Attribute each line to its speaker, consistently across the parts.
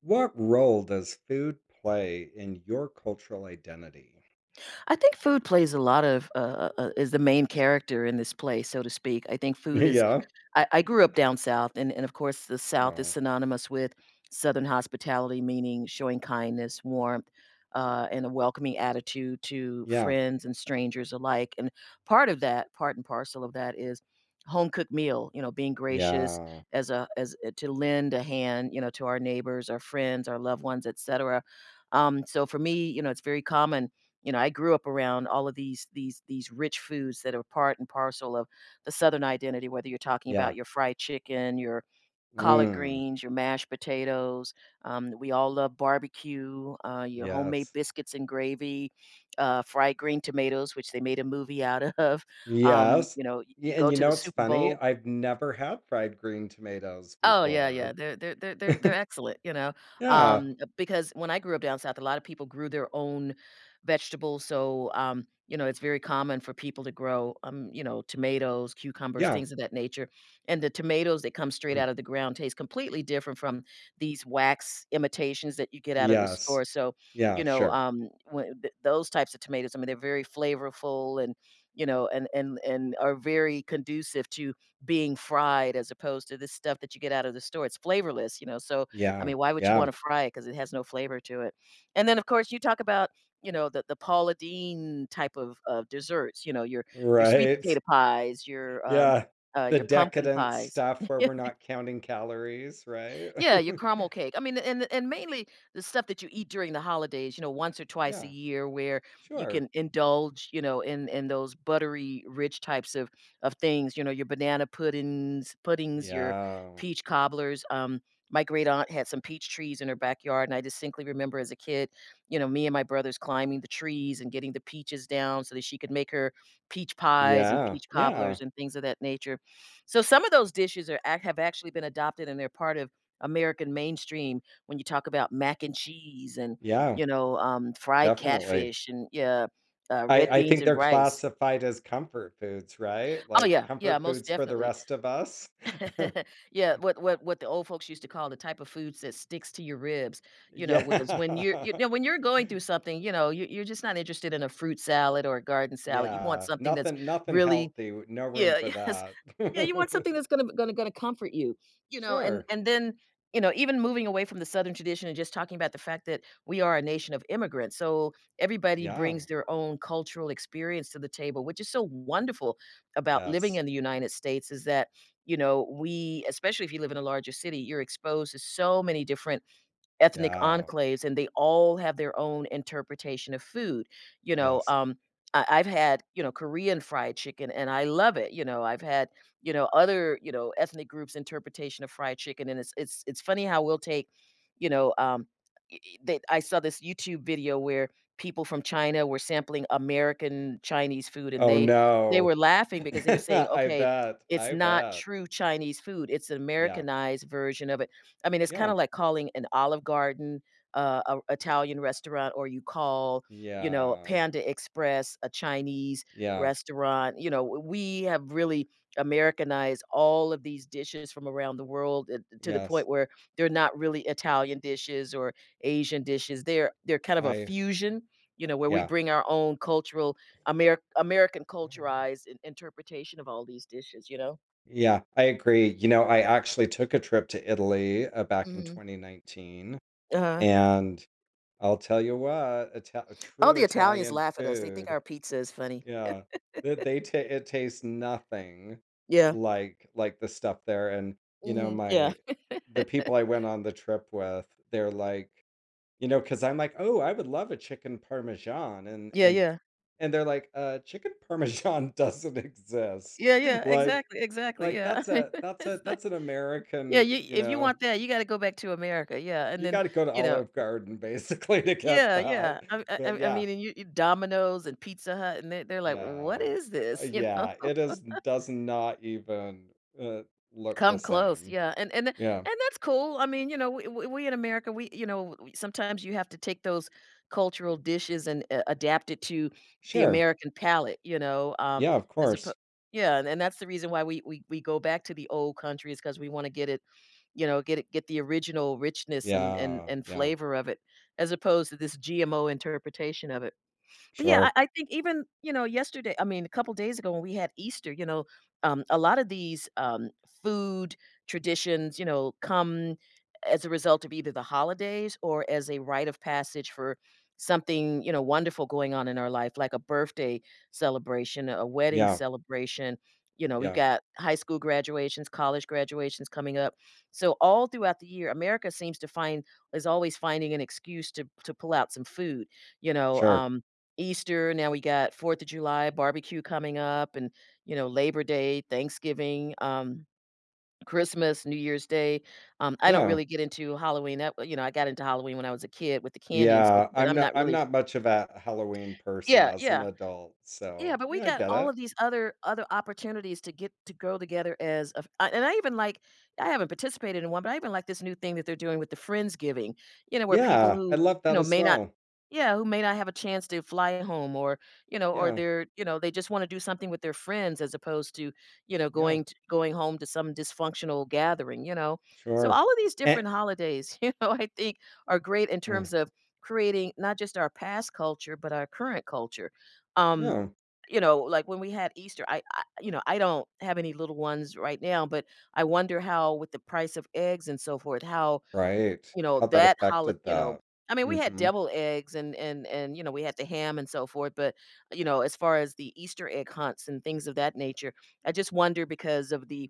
Speaker 1: What role does food play in your cultural identity?
Speaker 2: I think food plays a lot of is the main character in this play, so to speak. I think food is
Speaker 1: Yeah.
Speaker 2: I grew up down south, and of course, the South is
Speaker 1: Oh,
Speaker 2: synonymous with Southern hospitality, meaning showing kindness, warmth, and a welcoming attitude to
Speaker 1: yeah.
Speaker 2: friends and strangers alike. And part of that, part and parcel of that, is home cooked meal. Being gracious
Speaker 1: Yeah.
Speaker 2: as a as to lend a hand, to our neighbors, our friends, our loved ones, etc. So for me, it's very common. I grew up around all of these rich foods that are part and parcel of the Southern identity, whether you're talking
Speaker 1: Yeah.
Speaker 2: about your fried chicken, your collard
Speaker 1: Mm.
Speaker 2: greens, your mashed potatoes. We all love barbecue, your homemade
Speaker 1: Yes.
Speaker 2: biscuits and gravy, fried green tomatoes, which they made a movie out of.
Speaker 1: Yes.
Speaker 2: You
Speaker 1: Yeah,
Speaker 2: go
Speaker 1: and you
Speaker 2: to
Speaker 1: know
Speaker 2: the
Speaker 1: what's
Speaker 2: Super
Speaker 1: funny?
Speaker 2: Bowl.
Speaker 1: I've never had fried green tomatoes
Speaker 2: Oh, yeah, yeah,
Speaker 1: before.
Speaker 2: they're they're they're they're they're excellent,
Speaker 1: Yeah.
Speaker 2: because when I grew up down south, a lot of people grew their own vegetables, so, it's very common for people to grow, tomatoes, cucumbers,
Speaker 1: Yeah.
Speaker 2: things of that nature, and the tomatoes that come straight
Speaker 1: Mm.
Speaker 2: out of the ground taste completely different from these wax imitations that you get out of the
Speaker 1: Yes.
Speaker 2: store, so,
Speaker 1: Yeah, sure.
Speaker 2: when th those types of tomatoes, I mean, they're very flavorful and, and are very conducive to being fried as opposed to this stuff that you get out of the store. It's flavorless, so, I
Speaker 1: Yeah.
Speaker 2: mean, why would you
Speaker 1: Yeah.
Speaker 2: wanna fry it? Because it has no flavor to it? And then, of course, you talk about, the Paula Deen type of desserts, your sweet
Speaker 1: Right.
Speaker 2: potato pies,
Speaker 1: Yeah. The
Speaker 2: your pumpkin
Speaker 1: decadent
Speaker 2: pies.
Speaker 1: stuff where we're not counting calories, right?
Speaker 2: Yeah, your caramel cake. I mean, and mainly the stuff that you eat during the holidays, once or twice a
Speaker 1: Yeah.
Speaker 2: year where you
Speaker 1: Sure.
Speaker 2: can indulge, in those buttery rich types of things, your banana puddings, your
Speaker 1: Yeah.
Speaker 2: peach cobblers. My great aunt had some peach trees in her backyard, and I distinctly remember as a kid, me and my brothers climbing the trees and getting the peaches down so that she could make her peach pies and
Speaker 1: Yeah,
Speaker 2: peach
Speaker 1: yeah,
Speaker 2: cobblers and things of that nature. So some of those dishes are have actually been adopted, and they're part of American mainstream when you talk about mac and cheese and,
Speaker 1: yeah,
Speaker 2: fried
Speaker 1: definitely.
Speaker 2: catfish and yeah,
Speaker 1: I,
Speaker 2: red
Speaker 1: I
Speaker 2: beans
Speaker 1: think
Speaker 2: and
Speaker 1: they're
Speaker 2: rice.
Speaker 1: classified as comfort foods, right?
Speaker 2: Oh,
Speaker 1: Like
Speaker 2: yeah, yeah,
Speaker 1: comfort
Speaker 2: most
Speaker 1: foods for the
Speaker 2: definitely.
Speaker 1: rest of us.
Speaker 2: Yeah, what the old folks used to call the type of foods that sticks to your ribs, because when
Speaker 1: Yeah.
Speaker 2: when you're going through something, you're just not interested in a fruit salad or a garden salad. You want
Speaker 1: Yeah.
Speaker 2: something that's
Speaker 1: Nothing
Speaker 2: really
Speaker 1: healthy. No room
Speaker 2: Yeah,
Speaker 1: for
Speaker 2: yes.
Speaker 1: that.
Speaker 2: Yeah, you want something that's gonna comfort you, and
Speaker 1: Sure.
Speaker 2: even moving away from the Southern tradition and just talking about the fact that we are a nation of immigrants, so everybody
Speaker 1: Yeah.
Speaker 2: brings their own cultural experience to the table, which is so wonderful about living
Speaker 1: Yes.
Speaker 2: in the United States is that, we especially if you live in a larger city, you're exposed to so many different ethnic
Speaker 1: Yeah.
Speaker 2: enclaves, and they all have their own interpretation of food, you know,
Speaker 1: Yes.
Speaker 2: um, I've had, Korean fried chicken, and I love it, I've had, other, ethnic groups' interpretation of fried chicken, and it's it's funny how we'll take, you know, um, I saw this YouTube video where people from China were sampling American Chinese food, and
Speaker 1: Oh
Speaker 2: they
Speaker 1: no.
Speaker 2: were laughing because they were saying,
Speaker 1: I
Speaker 2: "Okay,
Speaker 1: bet.
Speaker 2: it's
Speaker 1: I
Speaker 2: not
Speaker 1: bet.
Speaker 2: true Chinese food, it's an
Speaker 1: Yeah.
Speaker 2: Americanized version of it." I mean, it's
Speaker 1: Yeah.
Speaker 2: kinda like calling an Olive Garden, a Italian restaurant, or you call,
Speaker 1: Yeah.
Speaker 2: Panda Express a Chinese
Speaker 1: Yeah.
Speaker 2: restaurant, you know, w we have really Americanized all of these dishes from around the world, to the
Speaker 1: Yes.
Speaker 2: point where they're not really Italian dishes or Asian dishes, they're kind of a
Speaker 1: I
Speaker 2: fusion, where we
Speaker 1: yeah.
Speaker 2: bring our own cultural Ameri American
Speaker 1: Ta-da.
Speaker 2: culturized in interpretation of all these dishes, you know?
Speaker 1: Yeah, I agree. You know, I actually took a trip to Italy back in
Speaker 2: Mhm.
Speaker 1: 2019,
Speaker 2: Uh-huh.
Speaker 1: and I'll tell you what,
Speaker 2: All
Speaker 1: true
Speaker 2: the Italians
Speaker 1: Italian
Speaker 2: laugh at us. They think
Speaker 1: food,
Speaker 2: our pizza is funny.
Speaker 1: yeah, that they ta it tastes nothing
Speaker 2: Yeah.
Speaker 1: like the stuff there. And you know,
Speaker 2: Mhm. Yeah.
Speaker 1: my the people I went on the trip with, they're like. You know, because 'cause I'm like, "Oh, I would love a chicken parmesan," and
Speaker 2: Yeah,
Speaker 1: and
Speaker 2: yeah.
Speaker 1: and they're like, " chicken parmesan doesn't exist."
Speaker 2: Yeah, yeah.
Speaker 1: Like
Speaker 2: Exactly, exactly.
Speaker 1: like,
Speaker 2: Yeah.
Speaker 1: that's a that's a
Speaker 2: It's like
Speaker 1: that's an
Speaker 2: yeah,
Speaker 1: American,
Speaker 2: you
Speaker 1: you
Speaker 2: if you
Speaker 1: know,
Speaker 2: want that, you gotta go back to America. Yeah, and
Speaker 1: you
Speaker 2: then,
Speaker 1: gotta go to
Speaker 2: you know
Speaker 1: Olive Garden basically to get
Speaker 2: yeah,
Speaker 1: that.
Speaker 2: yeah. I I I
Speaker 1: But
Speaker 2: I
Speaker 1: yeah,
Speaker 2: mean, and you Domino's and Pizza Hut, and they're like, "What
Speaker 1: yeah,
Speaker 2: is this?" You know?
Speaker 1: yeah, it is does not even, uh, look
Speaker 2: Come
Speaker 1: the
Speaker 2: close,
Speaker 1: same.
Speaker 2: yeah, and th
Speaker 1: Yeah.
Speaker 2: and that's cool, I mean, we in America, we we sometimes you have to take those cultural dishes and a adapt it to the
Speaker 1: Sure.
Speaker 2: American palate,
Speaker 1: Yeah, of
Speaker 2: as oppo
Speaker 1: course.
Speaker 2: Yeah, and that's the reason why we go back to the old countries because we wanna get it, get it get the original richness and and
Speaker 1: Yeah,
Speaker 2: and
Speaker 1: yeah,
Speaker 2: flavor of it, as opposed to this GMO interpretation of it. But yeah,
Speaker 1: sure.
Speaker 2: I think even you know yesterday, I mean a couple days ago when we had Easter, a lot of these food traditions, come as a result of either the holidays or as a rite of passage for something you know wonderful going on in our life, like a birthday celebration, a wedding
Speaker 1: Yeah,
Speaker 2: celebration. You know, we've
Speaker 1: yeah,
Speaker 2: got high school graduations, college graduations coming up. So all throughout the year, America seems to find is always finding an excuse to pull out some food. You know,
Speaker 1: sure.
Speaker 2: um, Easter, now we got 4th of July barbecue coming up and, Labor Day, Thanksgiving, Christmas, New Year's Day. I don't
Speaker 1: Yeah.
Speaker 2: really get into Halloween. That, I got into Halloween when I was a kid with the candy and so forth,
Speaker 1: Yeah,
Speaker 2: but I'm not
Speaker 1: I'm
Speaker 2: really
Speaker 1: not much of a Halloween person
Speaker 2: Yeah,
Speaker 1: as an
Speaker 2: yeah.
Speaker 1: adult,
Speaker 2: Yeah,
Speaker 1: so
Speaker 2: but we
Speaker 1: yeah, I
Speaker 2: got
Speaker 1: get
Speaker 2: all
Speaker 1: it.
Speaker 2: of these other opportunities to get to grow together as a f and I even like I haven't participated in one, but I even like this new thing that they're doing with the Friendsgiving, where people
Speaker 1: Yeah, I
Speaker 2: who,
Speaker 1: love that as
Speaker 2: may not
Speaker 1: well.
Speaker 2: yeah, who may not have a chance to fly home or, or
Speaker 1: Yeah,
Speaker 2: they're, they just wanna do something with their friends as opposed to,
Speaker 1: yeah,
Speaker 2: going t going home to some dysfunctional gathering, you know? So
Speaker 1: sure.
Speaker 2: all of these
Speaker 1: And
Speaker 2: different holidays, you know, I think are great in terms of creating not just our past culture, but our current culture. Um
Speaker 1: yeah,
Speaker 2: you know, like when we had Easter, I you know, I don't have any little ones right now, but I wonder how with the price of eggs and so forth, how
Speaker 1: right. How that
Speaker 2: that holiday,
Speaker 1: affected that.
Speaker 2: I mean, we had
Speaker 1: Hmm.
Speaker 2: devil eggs and and you know, we had the ham and so forth, but as far as the Easter egg hunts and things of that nature, I just wonder because of the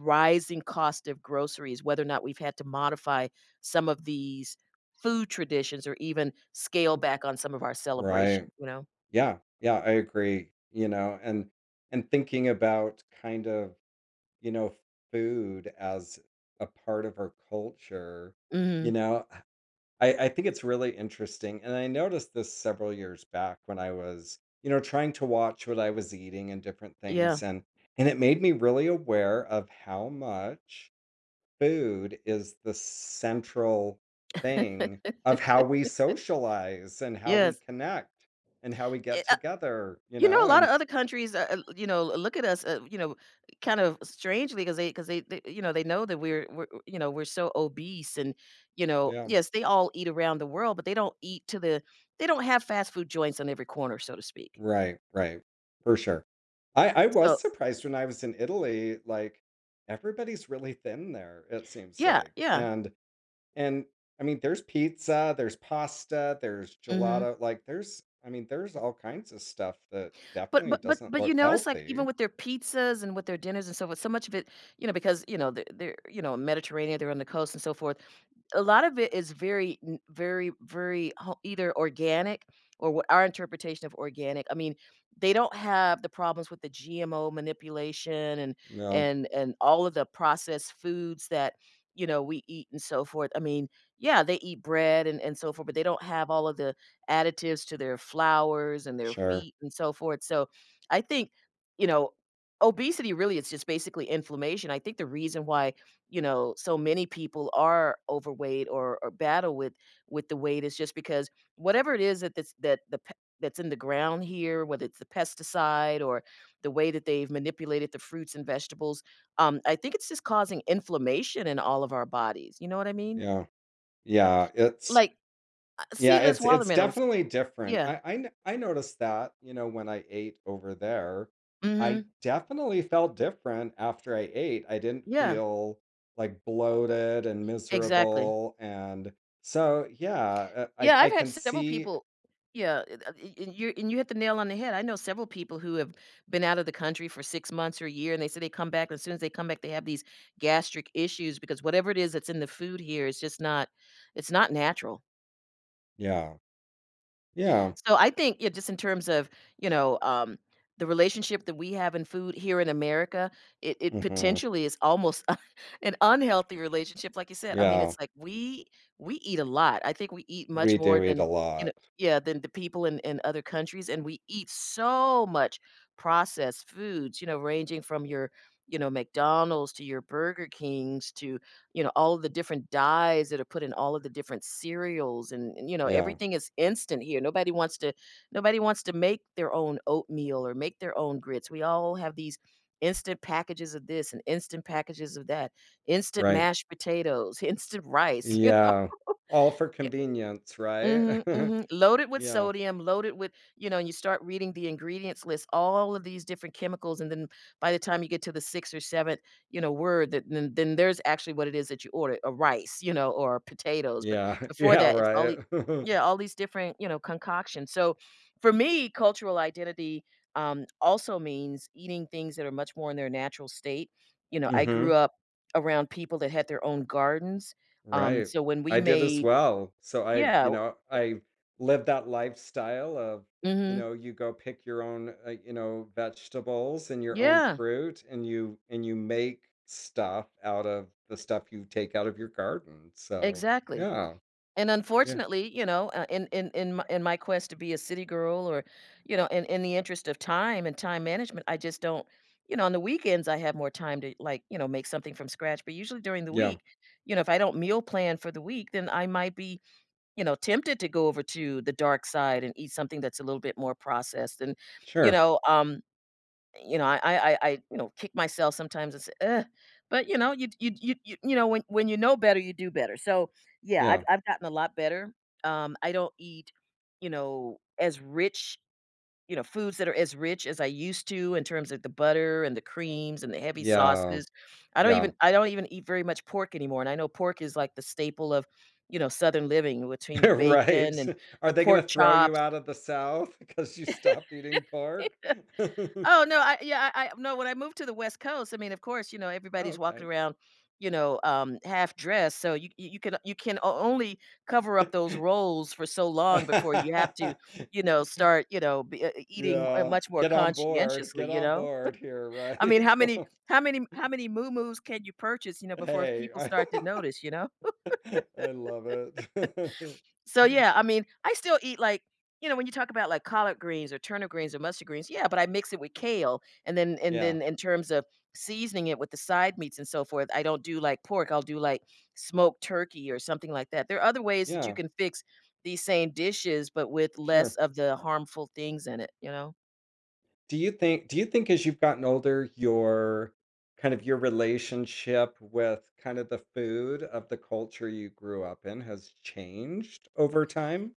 Speaker 2: rising cost of groceries whether or not we've had to modify some of these food traditions or even scale back on some of our celebrations,
Speaker 1: Right.
Speaker 2: you know?
Speaker 1: Yeah, yeah, I agree. You know, and thinking about kind of, you know, food as a part of our culture, you
Speaker 2: Mhm.
Speaker 1: know, I think it's really interesting, and I noticed this several years back when I was, you know, trying to watch what I was eating and different
Speaker 2: Yeah.
Speaker 1: things, and it made me really aware of how much food is the central thing of how we socialize and how we
Speaker 2: Yes.
Speaker 1: connect and how we
Speaker 2: Eh,
Speaker 1: get
Speaker 2: uh,
Speaker 1: together, you
Speaker 2: you know, a
Speaker 1: know,
Speaker 2: lot of
Speaker 1: and
Speaker 2: other countries, you know, look at us, you know, kind of strangely 'cause because they you know, they know that you know, we're so obese and, you know
Speaker 1: yeah,
Speaker 2: yes, they all eat around the world, but they don't eat to the they don't have fast food joints on every corner, so to speak.
Speaker 1: right, right, for sure. I
Speaker 2: So
Speaker 1: was surprised when I was in Italy, like everybody's really thin there, it seems
Speaker 2: yeah,
Speaker 1: like,
Speaker 2: yeah.
Speaker 1: and I mean, there's pizza, there's pasta, there's
Speaker 2: Mhm.
Speaker 1: gelato. Like, there's, I mean, there's all kinds of stuff that
Speaker 2: But
Speaker 1: definitely
Speaker 2: but but
Speaker 1: doesn't
Speaker 2: but you
Speaker 1: look
Speaker 2: notice, like, even
Speaker 1: healthy.
Speaker 2: with their pizzas and with their dinners and so forth, so much of it, because, you know, Mediterranean, they're on the coast and so forth. A lot of it is very, very ho either organic or what our interpretation of organic I mean, they don't have the problems with the GMO manipulation and
Speaker 1: Yeah,
Speaker 2: and all of the processed foods that, we eat and so forth. I mean, yeah, they eat bread and so forth, but they don't have all of the additives to their flours and their
Speaker 1: sure.
Speaker 2: wheat and so forth. So I think, you know, obesity really is just basically inflammation. I think the reason why, so many people are overweight or battle with the weight is just because whatever it is that this, that the pe- that's in the ground here, whether it's the pesticide or the way that they've manipulated the fruits and vegetables, I think it's just causing inflammation in all of our bodies. You know what I mean?
Speaker 1: Yeah, yeah. It's
Speaker 2: Like
Speaker 1: yeah,
Speaker 2: seedless
Speaker 1: it's
Speaker 2: watermelons.
Speaker 1: definitely different.
Speaker 2: Yeah.
Speaker 1: I noticed that you know when I ate over there, I
Speaker 2: hmm
Speaker 1: definitely felt different after I ate. I didn't
Speaker 2: Yeah.
Speaker 1: feel like bloated and
Speaker 2: Exactly.
Speaker 1: miserable, and so yeah,
Speaker 2: Yeah,
Speaker 1: I
Speaker 2: I've had
Speaker 1: can
Speaker 2: several
Speaker 1: see.
Speaker 2: people Yeah, and you hit the nail on the head. I know several people who have been out of the country for 6 months or a year, and they say they come back, and as soon as they come back, they have these gastric issues because whatever it is that's in the food here is just not it's not natural.
Speaker 1: Yeah, yeah.
Speaker 2: So I think, yeah, just in terms of, you know, um, the relationship that we have in food here in America, it
Speaker 1: Mhm.
Speaker 2: potentially is almost an unhealthy relationship. Like you said, I mean,
Speaker 1: Yeah,
Speaker 2: it's like we eat a lot. I think we eat much
Speaker 1: we
Speaker 2: more
Speaker 1: do eat
Speaker 2: than
Speaker 1: a
Speaker 2: you know,
Speaker 1: lot.
Speaker 2: yeah, than the people in other countries, and we eat so much processed foods. You know, ranging from your McDonald's to your Burger Kings to all of the different dyes that are put in all of the different cereals you know,
Speaker 1: Yeah,
Speaker 2: everything is instant here. Nobody wants to make their own oatmeal or make their own grits. We all have these instant packages of this and instant packages of that, instant
Speaker 1: right.
Speaker 2: mashed potatoes, instant rice, you
Speaker 1: Yeah,
Speaker 2: know.
Speaker 1: all for convenience, right?
Speaker 2: Mhm, mhm. Loaded with
Speaker 1: Yeah,
Speaker 2: sodium, loaded with and you start reading the ingredients list, all of these different chemicals, and then by the time you get to the 6th or 7th, word that then there's actually what it is that you ordered, a rice, you know, or potatoes, but
Speaker 1: yeah,
Speaker 2: before
Speaker 1: yeah,
Speaker 2: that, it's all
Speaker 1: right.
Speaker 2: the yeah, all these different, you know, concoctions. So, for me, cultural identity, also means eating things that are much more in their natural state. You know, I grew
Speaker 1: Mhm,
Speaker 2: up around people that had their own gardens,
Speaker 1: right.
Speaker 2: so when we
Speaker 1: I did as
Speaker 2: made
Speaker 1: well. So I,
Speaker 2: Yeah,
Speaker 1: you know, I lived that lifestyle of, you
Speaker 2: mhm.
Speaker 1: know, you go pick your own, you know, vegetables and your own
Speaker 2: Yeah,
Speaker 1: fruit, and you make stuff out of the stuff you take out of your garden. So
Speaker 2: exactly.
Speaker 1: yeah,
Speaker 2: And
Speaker 1: yeah,
Speaker 2: unfortunately, you know, in my, in my quest to be a city girl, or in the interest of time and time management, I just don't. You know, on the weekends I have more time to like make something from scratch. But usually during the
Speaker 1: yeah,
Speaker 2: week, you know, if I don't meal plan for the week, then I might be tempted to go over to the dark side and eat something that's a little bit more processed and you
Speaker 1: sure.
Speaker 2: know um You know, I kick myself sometimes and say, "Ugh," but, you know, when you know better, you do better. So, yeah, I've
Speaker 1: Yeah.
Speaker 2: I've gotten a lot better. I don't eat, you know, as rich you know, foods that are as rich as I used to in terms of the butter and the creams and the heavy
Speaker 1: Yeah.
Speaker 2: sauces.
Speaker 1: Yeah.
Speaker 2: I don't even eat very much pork anymore, and I know pork is like the staple of, you know, Southern living between the bacon
Speaker 1: Right.
Speaker 2: and
Speaker 1: Are
Speaker 2: the
Speaker 1: they gonna
Speaker 2: pork
Speaker 1: throw you
Speaker 2: chops.
Speaker 1: out of the South because you stopped eating pork?
Speaker 2: Oh, no, I yeah, I no, when I moved to the West Coast, I mean, of course, you know,
Speaker 1: Oh,
Speaker 2: everybody's walking
Speaker 1: okay.
Speaker 2: around, half dressed, so you you can o only cover up those roles for so long before you have to, you know, start, you know, be, e, eating,
Speaker 1: Yeah.
Speaker 2: much more
Speaker 1: Get on board.
Speaker 2: conscientiously,
Speaker 1: Get
Speaker 2: you
Speaker 1: on
Speaker 2: know?
Speaker 1: board here, right?
Speaker 2: I mean, how many how many how many muumuus can you purchase, you know, before
Speaker 1: Hey,
Speaker 2: people
Speaker 1: I
Speaker 2: start to notice, you know?
Speaker 1: I love it.
Speaker 2: So yeah, I mean, I still eat like when you talk about like collard greens or turnip greens or mustard greens, yeah, but I mix it with kale, and then and
Speaker 1: Yeah.
Speaker 2: then in terms of seasoning it with the side meats and so forth, I don't do like pork. I'll do like smoked turkey or something like that. There are other ways that you
Speaker 1: Yeah.
Speaker 2: can fix these same dishes, but with less
Speaker 1: Sure.
Speaker 2: of the harmful things in it. You know.
Speaker 1: Do you think as you've gotten older, your kind of your relationship with kind of the food of the culture you grew up in has changed over time?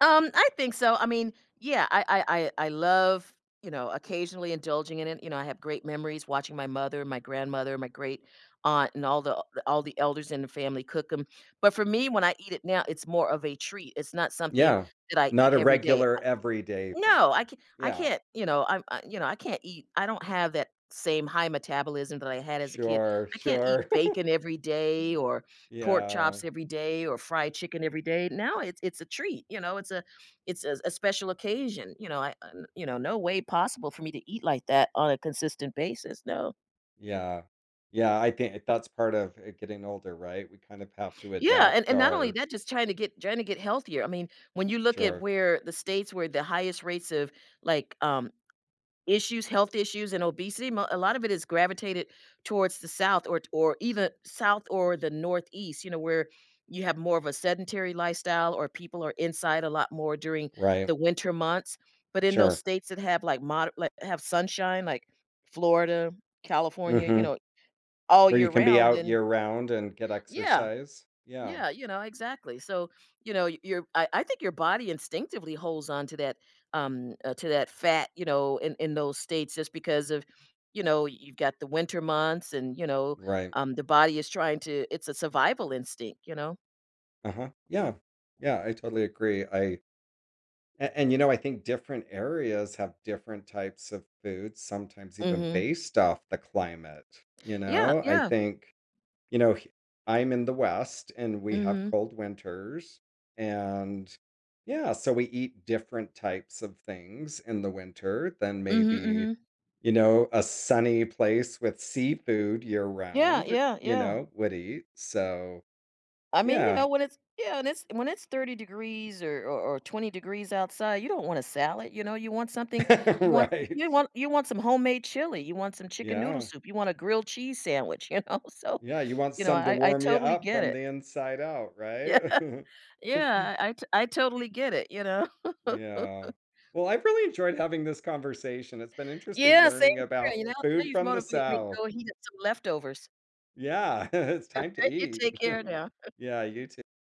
Speaker 2: I think so. I mean, yeah, I love, you know, occasionally indulging in it. You know, I have great memories watching my mother, my grandmother, my great aunt, and all the elders in the family cook them. But for me, when I eat it now, it's more of a treat. It's not something
Speaker 1: Yeah.
Speaker 2: that I eat
Speaker 1: Not a
Speaker 2: every day.
Speaker 1: regular everyday thing.
Speaker 2: No, I
Speaker 1: Yeah.
Speaker 2: can't, you know, I can't eat I don't have that same high metabolism that I had as a kid.
Speaker 1: Sure,
Speaker 2: I can't eat
Speaker 1: sure.
Speaker 2: bacon every day or pork
Speaker 1: Yeah.
Speaker 2: chops every day or fried chicken every day. Now it's a treat, you know, it's a special occasion, you know, you know, no way possible for me to eat like that on a consistent basis. No.
Speaker 1: Yeah. Yeah, I think that's part of it getting older, right? We kind of have to
Speaker 2: Yeah,
Speaker 1: adapt
Speaker 2: and not only
Speaker 1: our
Speaker 2: that, just trying to get healthier. I mean, when you look at
Speaker 1: sure,
Speaker 2: where the highest rates of like um issues, health issues, and obesity, mo a lot of it is gravitated towards the South or even South or the Northeast, you know, where you have more of a sedentary lifestyle or people are inside a lot more during
Speaker 1: right.
Speaker 2: the winter months, but in those
Speaker 1: Sure.
Speaker 2: states that have, like, have sunshine, like Florida, California, you
Speaker 1: Mhm.
Speaker 2: know, all
Speaker 1: Where you
Speaker 2: year
Speaker 1: can be
Speaker 2: round,
Speaker 1: out
Speaker 2: then
Speaker 1: year round and get
Speaker 2: yeah.
Speaker 1: exercise. Yeah.
Speaker 2: Yeah, you know, exactly. So, you know, y- your I think your body instinctively holds on to that fat, you know, in those states just because of, you know, you've got the winter months and, you know,
Speaker 1: Right.
Speaker 2: the body is trying to it's a survival instinct, you know.
Speaker 1: Uh-huh. Yeah. Yeah, I totally agree. And, you know, I think different areas have different types of foods, sometimes even
Speaker 2: Mhm.
Speaker 1: based off the climate. You
Speaker 2: Yeah,
Speaker 1: know, I
Speaker 2: yeah.
Speaker 1: think, you know, h- I'm in the West and we have
Speaker 2: Mhm.
Speaker 1: cold winters and yeah, so we eat different types of things in the winter than
Speaker 2: Mhm.
Speaker 1: maybe,
Speaker 2: Mhm.
Speaker 1: you know, a sunny place with seafood year
Speaker 2: Yeah,
Speaker 1: round,
Speaker 2: yeah,
Speaker 1: you
Speaker 2: yeah.
Speaker 1: know, would eat. So,
Speaker 2: I mean, you know,
Speaker 1: yeah.
Speaker 2: when it's yeah, and it's when it's 30 degrees or 20 degrees outside, you don't want a salad, you know, you want something you want
Speaker 1: Right.
Speaker 2: you want you want some homemade chili, you want some chicken noodle
Speaker 1: Yeah.
Speaker 2: soup, you want a grilled cheese sandwich, you know. So,
Speaker 1: Yeah, you want
Speaker 2: you know,
Speaker 1: some to
Speaker 2: I
Speaker 1: warm you
Speaker 2: totally
Speaker 1: up
Speaker 2: get
Speaker 1: from
Speaker 2: it.
Speaker 1: the inside out,
Speaker 2: Yeah.
Speaker 1: right?
Speaker 2: I totally get it, you know.
Speaker 1: Yeah. Well, I've really enjoyed having this conversation. It's been interesting
Speaker 2: Yeah, same
Speaker 1: learning
Speaker 2: here,
Speaker 1: about
Speaker 2: you know. Now
Speaker 1: food
Speaker 2: you've
Speaker 1: from the
Speaker 2: motivated me to
Speaker 1: South.
Speaker 2: go heat up some leftovers.
Speaker 1: Yeah, it's time to
Speaker 2: You
Speaker 1: eat.
Speaker 2: take care now.
Speaker 1: Yeah, you too.